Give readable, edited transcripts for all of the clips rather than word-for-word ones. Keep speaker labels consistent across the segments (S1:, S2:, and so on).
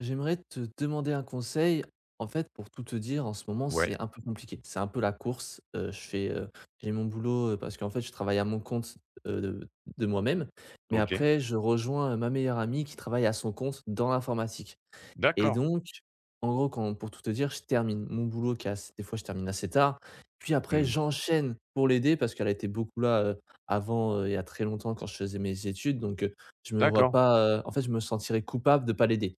S1: J'aimerais te demander un conseil. En fait, pour tout te dire, en ce moment,
S2: Ouais,
S1: c'est un peu compliqué. C'est un peu la course. Je fais, j'ai mon boulot, parce qu'en fait, je travaille à mon compte, heu, de de moi-même. Mais
S2: OK.
S1: après, je rejoins, ma meilleure amie qui travaille à son compte dans l'informatique. Et
S2: D'accord.
S1: donc, en gros, quand pour tout te dire, je termine mon boulot qui est ass des fois, je termine assez tard. Puis après,
S2: Mmh.
S1: j'enchaîne pour l'aider parce qu'elle a été beaucoup là, avant, il y a très longtemps quand je faisais mes études. Donc, je me vois
S2: D'accord.
S1: pas, en fait, je me sentirais coupable de pas l'aider.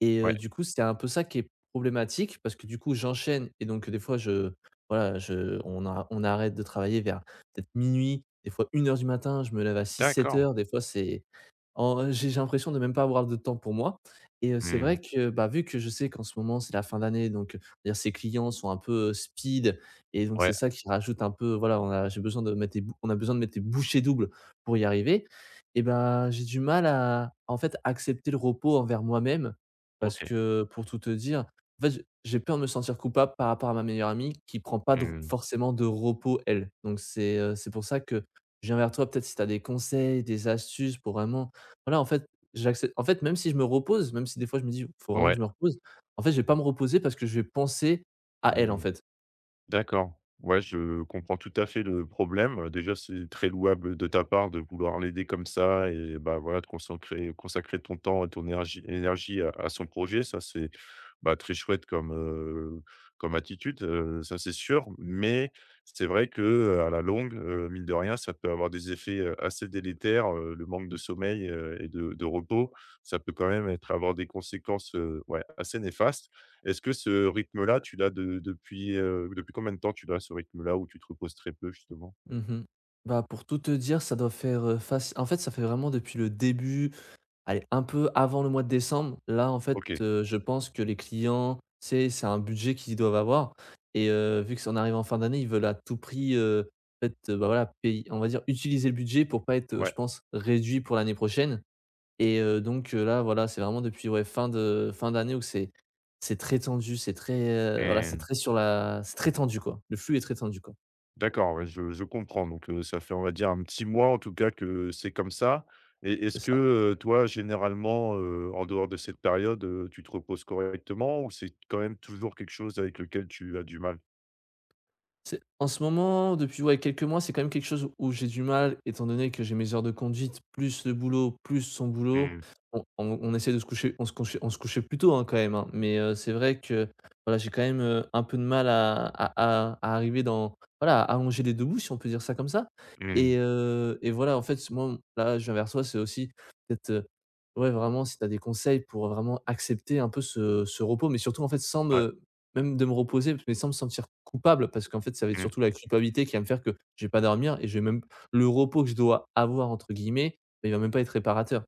S1: Et
S2: Ouais.
S1: du coup, c'était un peu ça qui est problématique parce que, du coup, j'enchaîne et donc des fois je voilà, je on a on arrête de travailler vers peut-être minuit, des fois une heure du matin. Je me lève à six sept
S2: D'accord.
S1: heures. Des fois c'est en j'ai l'impression de même pas avoir de temps pour moi. Et c'est
S2: Mmh.
S1: vrai que, bah, vu que je sais qu'en ce moment, c'est la fin d'année donc, dire ces clients sont un peu, speed, et donc c'est
S2: Ouais.
S1: ça qui rajoute un peu, voilà, on a j'ai besoin de mettre des bou on a besoin de mettre des bouchées doubles pour y arriver. Et ben j'ai du mal à, en fait, accepter le repos envers moi-même, parce
S2: OK.
S1: que pour tout te dire, en fait, j'ai peur de me sentir coupable par rapport à ma meilleure amie qui prend pas de r
S2: Mmh.
S1: forcément de repos, elle. Donc c'est pour ça que je viens vers toi peut-être, si tu as des conseils, des astuces pour vraiment, voilà, en fait, j'accepte. En fait, même si je me repose, même si des fois je me dis: «Faut vraiment que
S2: Ouais.
S1: je me repose», en fait, je vais pas me reposer parce que je vais penser à elle, en
S2: Mmh.
S1: fait.
S2: D'accord. Ouais, je comprends tout à fait le problème. Déjà, c'est très louable de ta part de vouloir l'aider comme ça et bah, voilà, de consacrer ton temps et ton énergie à son projet. Ça, c'est, bah, très chouette comme, comme attitude, ça, c'est sûr. Mais c'est vrai que, à la longue, mine de rien, ça peut avoir des effets, assez délétères, le manque de sommeil, et de repos. Ça peut quand même être avoir des conséquences, ouais, assez néfastes. Est-ce que ce rythme-là, tu l'as depuis combien de temps tu l'as ce rythme-là où tu te reposes très peu justement?
S1: Mmh. Bah, pour tout te dire, ça doit faire, faci en fait, ça fait vraiment depuis le début. Allez, un peu avant le mois de décembre, là. En fait,
S2: OK,
S1: je pense que les clients, c'est un budget qu'ils doivent avoir, et vu que ça en arrive en fin d'année, ils veulent à tout prix, en fait, bah, voilà, payer, on va dire utiliser le budget pour pas être,
S2: ouais,
S1: je pense, réduit pour l'année prochaine. Et donc là, voilà, c'est vraiment depuis, ouais, fin d'année où c'est très tendu. C'est très, voilà, c'est
S2: et
S1: très sur la c'est très tendu, quoi. Le flux est très tendu, quoi.
S2: d'accord, ouais, je comprends donc ça fait on va dire un petit mois en tout cas que c'est comme ça et
S1: C'est
S2: est-ce que,
S1: ça.
S2: toi généralement, en dehors de cette période, tu te reposes correctement ou c'est quand même toujours quelque chose avec lequel tu as du mal?
S1: C'est en ce moment, depuis, ouais, quelques mois, c'est quand même quelque chose où j'ai du mal, étant donné que j'ai mes heures de conduite, plus le boulot, plus son boulot.
S2: Mmh,
S1: On essaie de se coucher, on se couchait plus tôt, hein, quand même. Hein. Mais c'est vrai que, voilà, j'ai quand même un peu de mal à, à arriver dans, voilà, à allonger les deux bouts, si on peut dire ça comme ça.
S2: mmh,
S1: Et voilà, en fait, moi, là, je viens vers toi, c'est aussi peut-être, ouais, vraiment, si tu as des conseils pour vraiment accepter un peu ce repos, mais surtout, en fait, sans
S2: ouais,
S1: me, même de me reposer, mais sans me sentir coupable, parce qu'en fait, ça va être
S2: mmh.
S1: surtout la culpabilité qui va me faire que je vais pas dormir, et je vais même le «repos» que je dois «avoir» entre guillemets, bah, il va même pas être réparateur.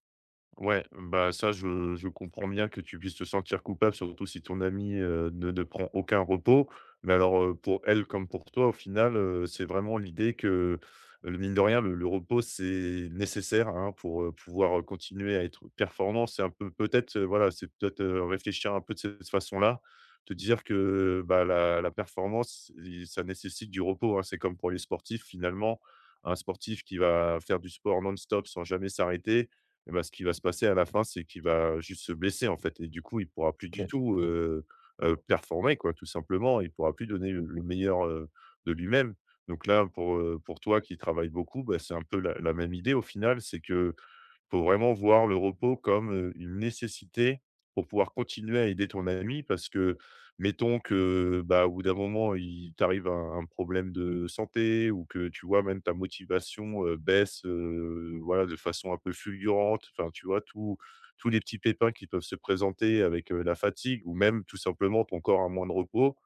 S2: Ouais, bah, ça, je comprends bien que tu puisses te sentir coupable, surtout si ton amie, ne prend aucun repos. Mais alors, pour elle comme pour toi, au final, c'est vraiment l'idée que, le mine de rien, le repos, c'est nécessaire, hein, pour, pouvoir, continuer à être performant. C'est un peu peut-être, voilà, c'est peut-être, réfléchir un peu de cette façon-là, te dire que, bah, la performance, i ça nécessite du repos, hein. C'est comme pour les sportifs, finalement, un sportif qui va faire du sport non-stop sans jamais s'arrêter, et ben, ce qui va se passer à la fin, c'est qu'il va juste se blesser, en fait et du coup, il pourra plus du
S1: OK.
S2: tout, performer, quoi, tout simplement. Il pourra plus donner le meilleur, de lui-même. Donc là, pour toi qui travaille beaucoup, bah, c'est un peu la même idée au final, c'est que, faut vraiment voir le repos comme, une nécessité pour pouvoir continuer à aider ton ami parce que, mettons que, bah, au bout d'un moment, il t'arrive un problème de santé ou que, tu vois, même ta motivation, baisse, voilà, de façon un peu fulgurante. Enfin, tu vois, tous les petits pépins qui peuvent se présenter avec, la fatigue ou même tout simplement ton corps a moins de repos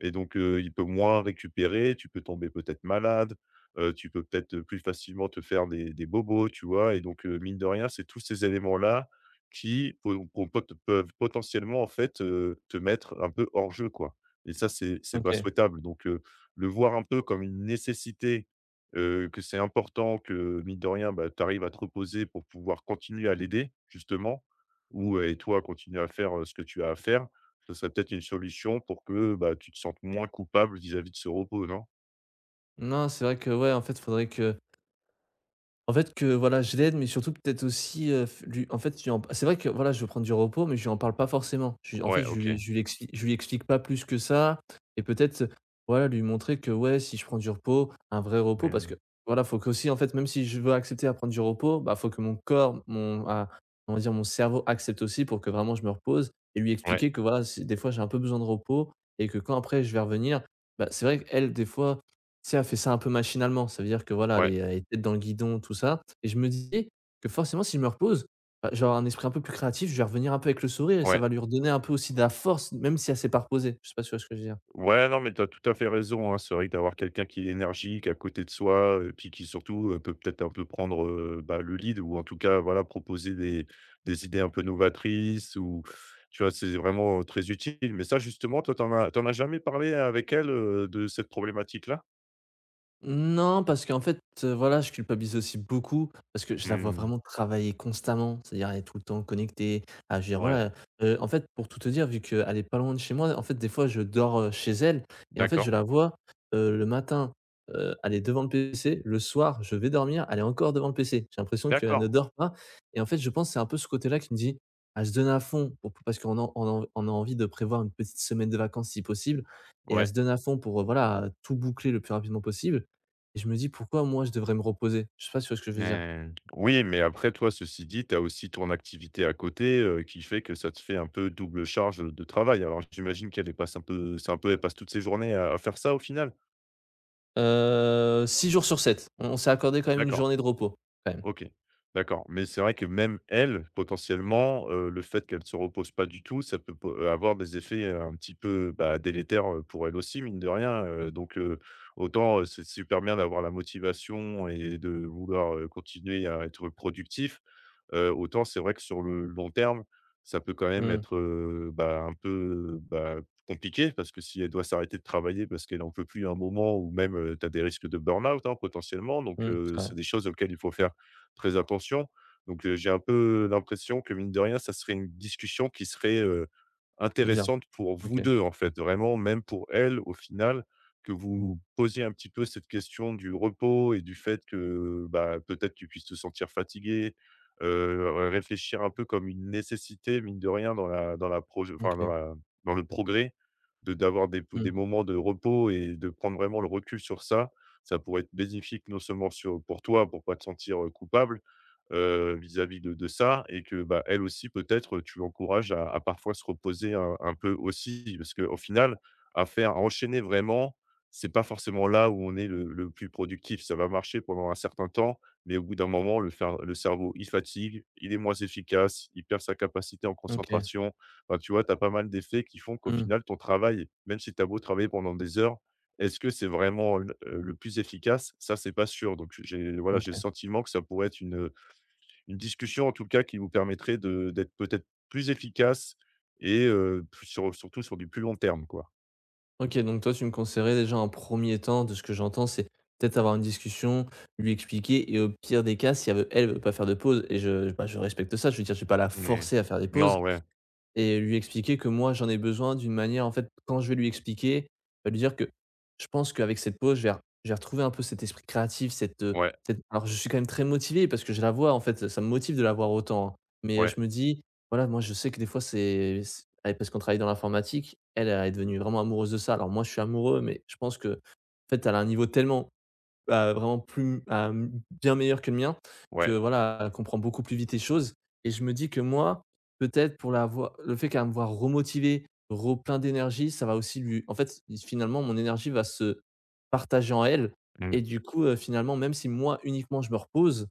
S2: et donc il peut moins récupérer, tu peux tomber peut-être malade. Tu peux peut-être, plus facilement te faire des bobos, tu vois? Et donc, mine de rien, c'est tous ces éléments-là qui po po pot peuvent potentiellement, en fait, te mettre un peu hors jeu, quoi. Et ça, c'est pas
S1: OK.
S2: souhaitable. Donc, le voir un peu comme une nécessité, que c'est important que, mine de rien, bah, tu arrives à te reposer pour pouvoir continuer à l'aider, justement, ou et toi, continuer à faire, ce que tu as à faire, ce serait peut-être une solution pour que, bah, tu te sentes moins coupable vis-à-vis de ce repos, non?
S1: Non, c'est vrai que, ouais, en fait, faudrait que. En fait, que voilà, je l'aide, mais surtout peut-être aussi, f lui, en fait, je lui en c'est vrai que voilà, je veux prendre du repos, mais je lui en parle pas forcément. Je lui, en fait,
S2: Ouais,
S1: je
S2: OK.
S1: lui je lui expli je lui explique pas plus que ça. Et peut-être, voilà, lui montrer que, ouais, si je prends du repos, un vrai repos, parce que
S2: Mmh.
S1: voilà, faut que aussi, en fait, même si je veux accepter à prendre du repos, bah, faut que mon corps, on va dire mon cerveau accepte aussi pour que vraiment je me repose. Et lui
S2: Ouais.
S1: expliquer que voilà, c'est des fois j'ai un peu besoin de repos, et que quand après je vais revenir, bah, c'est vrai qu'elle, des fois, tu sais, elle fait ça un peu machinalement. Ça veut dire que voilà, elle
S2: Ouais,
S1: est elle est tête dans le guidon, tout ça, et je me disais que forcément si je me repose, bah, je un esprit un peu plus créatif, je vais revenir un peu avec le sourire, et ça
S2: ouais.
S1: va lui redonner un peu aussi de la force, même si elle s'est pas reposée. Je sais pas si tu vois ce que je veux dire?
S2: Ouais, non, mais tu as tout à fait raison, hein. C'est vrai que d'avoir quelqu'un qui est énergique à côté de soi, puis qui surtout, peut peut-être un peu prendre, bah, le lead ou en tout cas, voilà, proposer des idées un peu novatrices ou tu vois? C'est vraiment très utile. Mais ça justement, toi, t'en as jamais parlé avec elle, de cette problématique-là?
S1: Non, parce qu'en fait, voilà, je culpabilise aussi beaucoup parce que je la vois
S2: Mmh.
S1: vraiment travailler constamment. C'est-à-dire, elle est tout le temps connectée, à je veux dire,
S2: Ouais.
S1: voilà, en fait, pour tout te dire, vu qu'elle est pas loin de chez moi, en fait, des fois, je dors, chez elle. Et en fait, je
S2: D'accord.
S1: la vois, le matin, elle est devant le PC, le soir, je vais dormir, elle est encore devant le PC. J'ai l'impression qu'elle ne
S2: D'accord.
S1: dort pas. Et en fait, je pense que c'est un peu ce côté-là qui me dit: «Elle se donne à fond pour, parce qu'on a envie de prévoir une petite semaine de vacances si possible, et elle
S2: Ouais.
S1: se donne à fond pour, voilà, tout boucler le plus rapidement possible». Et je me dis: «Pourquoi moi je devrais me reposer?» Je sais pas si tu vois ce que je veux dire?
S2: Mmh. Oui, mais après toi, ceci dit, tu as aussi ton activité à côté, qui fait que ça te fait un peu double charge, de travail. Alors j'imagine qu'elle, passe un peu c'est un peu elle passe toutes ses journées à faire ça au final?
S1: 6 jours sur 7. On s'est accordé quand même une
S2: D'accord,
S1: journée de repos, quand même.
S2: OK, d'accord. Mais c'est vrai que même elle, potentiellement, le fait qu'elle ne se repose pas du tout, ça peut po avoir des effets, un petit peu, bah, délétères, pour elle aussi mine de rien, donc autant, c'est super bien d'avoir la motivation et de vouloir, continuer à être productif. Autant c'est vrai que sur le long terme, ça peut quand même
S1: Mmh.
S2: être, bah, un peu, bah, compliqué parce que si elle doit s'arrêter de travailler parce qu'elle n'en peut plus à un moment ou même, tu as des risques de burn-out, hein, potentiellement donc
S1: Mmh, c'est.
S2: c'est des choses auxquelles il faut faire très attention donc j'ai un peu l'impression que mine de rien, ça serait une discussion qui serait,
S1: Bien.
S2: intéressante pour vous
S1: OK.
S2: 2 en fait. Vraiment, même pour elle, au final, que vous posiez un petit peu cette question du repos et du fait que, bah, peut-être tu puisses te sentir fatigué réfléchir un peu comme une nécessité, mine de rien, dans
S1: OK.
S2: la dans le progrès, de d'avoir des
S1: Mmh.
S2: des moments de repos et de prendre vraiment le recul sur ça. Ça pourrait être bénéfique non seulement sur pour toi, pour pas te sentir, coupable, vis-à-vis de ça et que, bah, elle aussi peut-être, tu l'encourages à parfois se reposer un peu aussi. Parce qu'au final, à enchaîner vraiment, c'est pas forcément là où on est le plus productif. Ça va marcher pendant un certain temps, mais au bout d'un moment, le cerveau, il fatigue, il est moins efficace, il perd sa capacité en
S1: OK.
S2: concentration. Enfin, tu vois, tu as pas mal d'effets qui font qu'au
S1: Mmh.
S2: final, ton travail, même si tu as beau travailler pendant des heures, est-ce que c'est vraiment l le plus efficace? Ça, c'est pas sûr. Donc j'ai le
S1: OK.
S2: sentiment que ça pourrait être une discussion, en tout cas, qui vous permettrait de d'être peut-être plus efficace et plus surtout sur du plus long terme, quoi.
S1: OK, donc toi, tu me conseillerais déjà en premier temps, de ce que j'entends, c'est peut-être avoir une discussion, lui expliquer, et au pire des cas, si elle veut pas faire de pause, et je bah, je respecte ça, je veux dire, je vais pas la
S2: Mmh.
S1: forcer à faire des pauses.
S2: Non, ouais,
S1: Et lui expliquer que moi, j'en ai besoin d'une manière, en fait, quand je vais lui expliquer, bah, lui dire que je pense qu'avec cette pause, j'ai vais re un peu cet esprit créatif, cette,
S2: ouais,
S1: alors, je suis quand même très motivé parce que je la vois, en fait, ça me motive de la voir autant, hein. Mais,
S2: ouais,
S1: je me dis: «Voilà, moi je sais que des fois c'est c» elle, parce qu'on travaille dans l'informatique, elle, elle est devenue vraiment amoureuse de ça. Alors moi, je suis amoureux, mais je pense que en fait, elle a un niveau tellement bah, vraiment plus bien meilleur que le mien, que
S2: ouais,
S1: voilà, elle comprend beaucoup plus vite les choses. Et je me dis que moi, peut-être pour la voir, le fait qu'elle va me voit remotivé, re plein d'énergie, ça va aussi lui, en fait, finalement, mon énergie va se partager en elle.
S2: mmh,
S1: Et du coup, finalement, même si moi, uniquement, je me repose,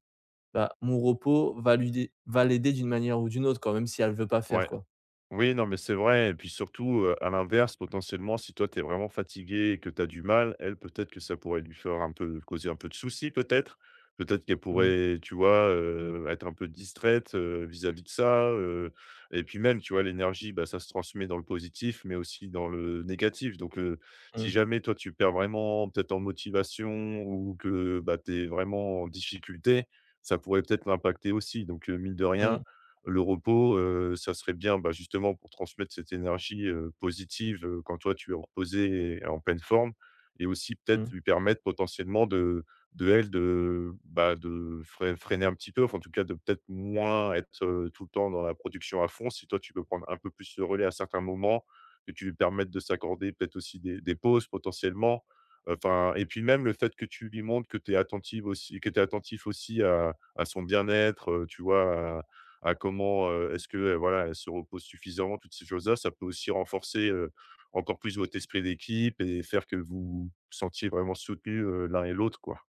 S1: bah, mon repos va l'aider d'une manière ou d'une autre, quand même, si elle veut pas faire,
S2: ouais.
S1: quoi.
S2: Oui, non, mais c'est vrai. Et puis surtout, à l'inverse, potentiellement, si toi, tu es vraiment fatigué et que tu as du mal, elle, peut-être que ça pourrait lui faire un peu causer un peu de soucis, peut-être? Peut-être qu'elle
S1: Mmh.
S2: pourrait, tu vois, être un peu distraite, vis-à-vis de ça, et puis même, tu vois, l'énergie, bah, ça se transmet dans le positif, mais aussi dans le négatif. Donc, si
S1: Mmh.
S2: jamais toi, tu perds vraiment peut-être en motivation ou que, bah, tu es vraiment en difficulté, ça pourrait peut-être l'impacter aussi. Donc, mine de rien
S1: Mmh.
S2: le repos, ça serait bien, bah, justement pour transmettre cette énergie, positive, quand toi tu es reposé et en pleine forme et aussi peut-être
S1: Mmh.
S2: lui permettre potentiellement de, bah, de freiner un petit peu, enfin en tout cas de peut-être moins être, tout le temps dans la production à fond. Si toi tu peux prendre un peu plus le relais à certains moments, que tu lui permettes de s'accorder peut-être aussi des pauses potentiellement. Enfin et puis même le fait que tu lui montres que tu es attentive aussi que tu attentif aussi à son bien-être, tu vois? À comment, est-ce que, voilà, elle se repose suffisamment, toutes ces choses-là. Ça peut aussi renforcer, encore plus votre esprit d'équipe et faire que vous vous sentiez vraiment soutenus, l'un et l'autre, quoi.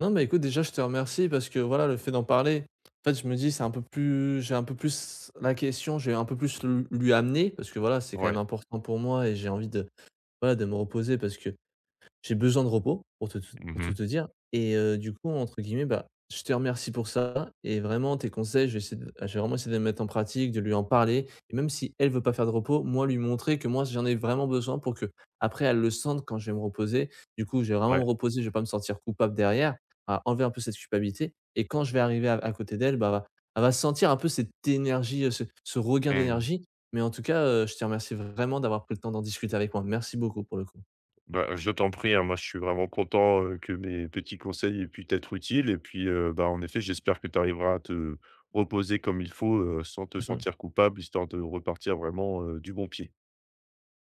S1: Non, bah, écoute, déjà, je te remercie parce que voilà, le fait d'en parler, en fait, je me dis, c'est un peu plus, j'ai un peu plus la question, j'ai un peu plus lui amener, parce que voilà, c'est quand même
S2: Ouais.
S1: important pour moi, et j'ai envie de, voilà, de me reposer, parce que j'ai besoin de repos pour te pour tout
S2: Mmh.
S1: te dire. Et du coup, entre guillemets, bah, je te remercie pour ça, et vraiment tes conseils, je vais vraiment essayer de les mettre en pratique, de lui en parler, et même si elle veut pas faire de repos, moi lui montrer que moi j'en ai vraiment besoin pour que après elle le sente quand je vais me reposer. Du coup, je vais vraiment me
S2: Ouais.
S1: reposer, je vais pas me sentir coupable derrière, à enlever un peu cette culpabilité, et quand je vais arriver à côté d'elle, bah, va elle va sentir un peu cette énergie, ce regain
S2: Mmh.
S1: d'énergie. Mais en tout cas, je te remercie vraiment d'avoir pris le temps d'en discuter avec moi. Merci beaucoup pour le coup.
S2: Bah, je t'en prie, hein, moi, je suis vraiment content, que mes petits conseils aient pu t'être utiles et puis, bah, en effet, j'espère que tu arriveras à te reposer comme il faut, sans te sentir coupable, histoire de repartir vraiment, du bon pied.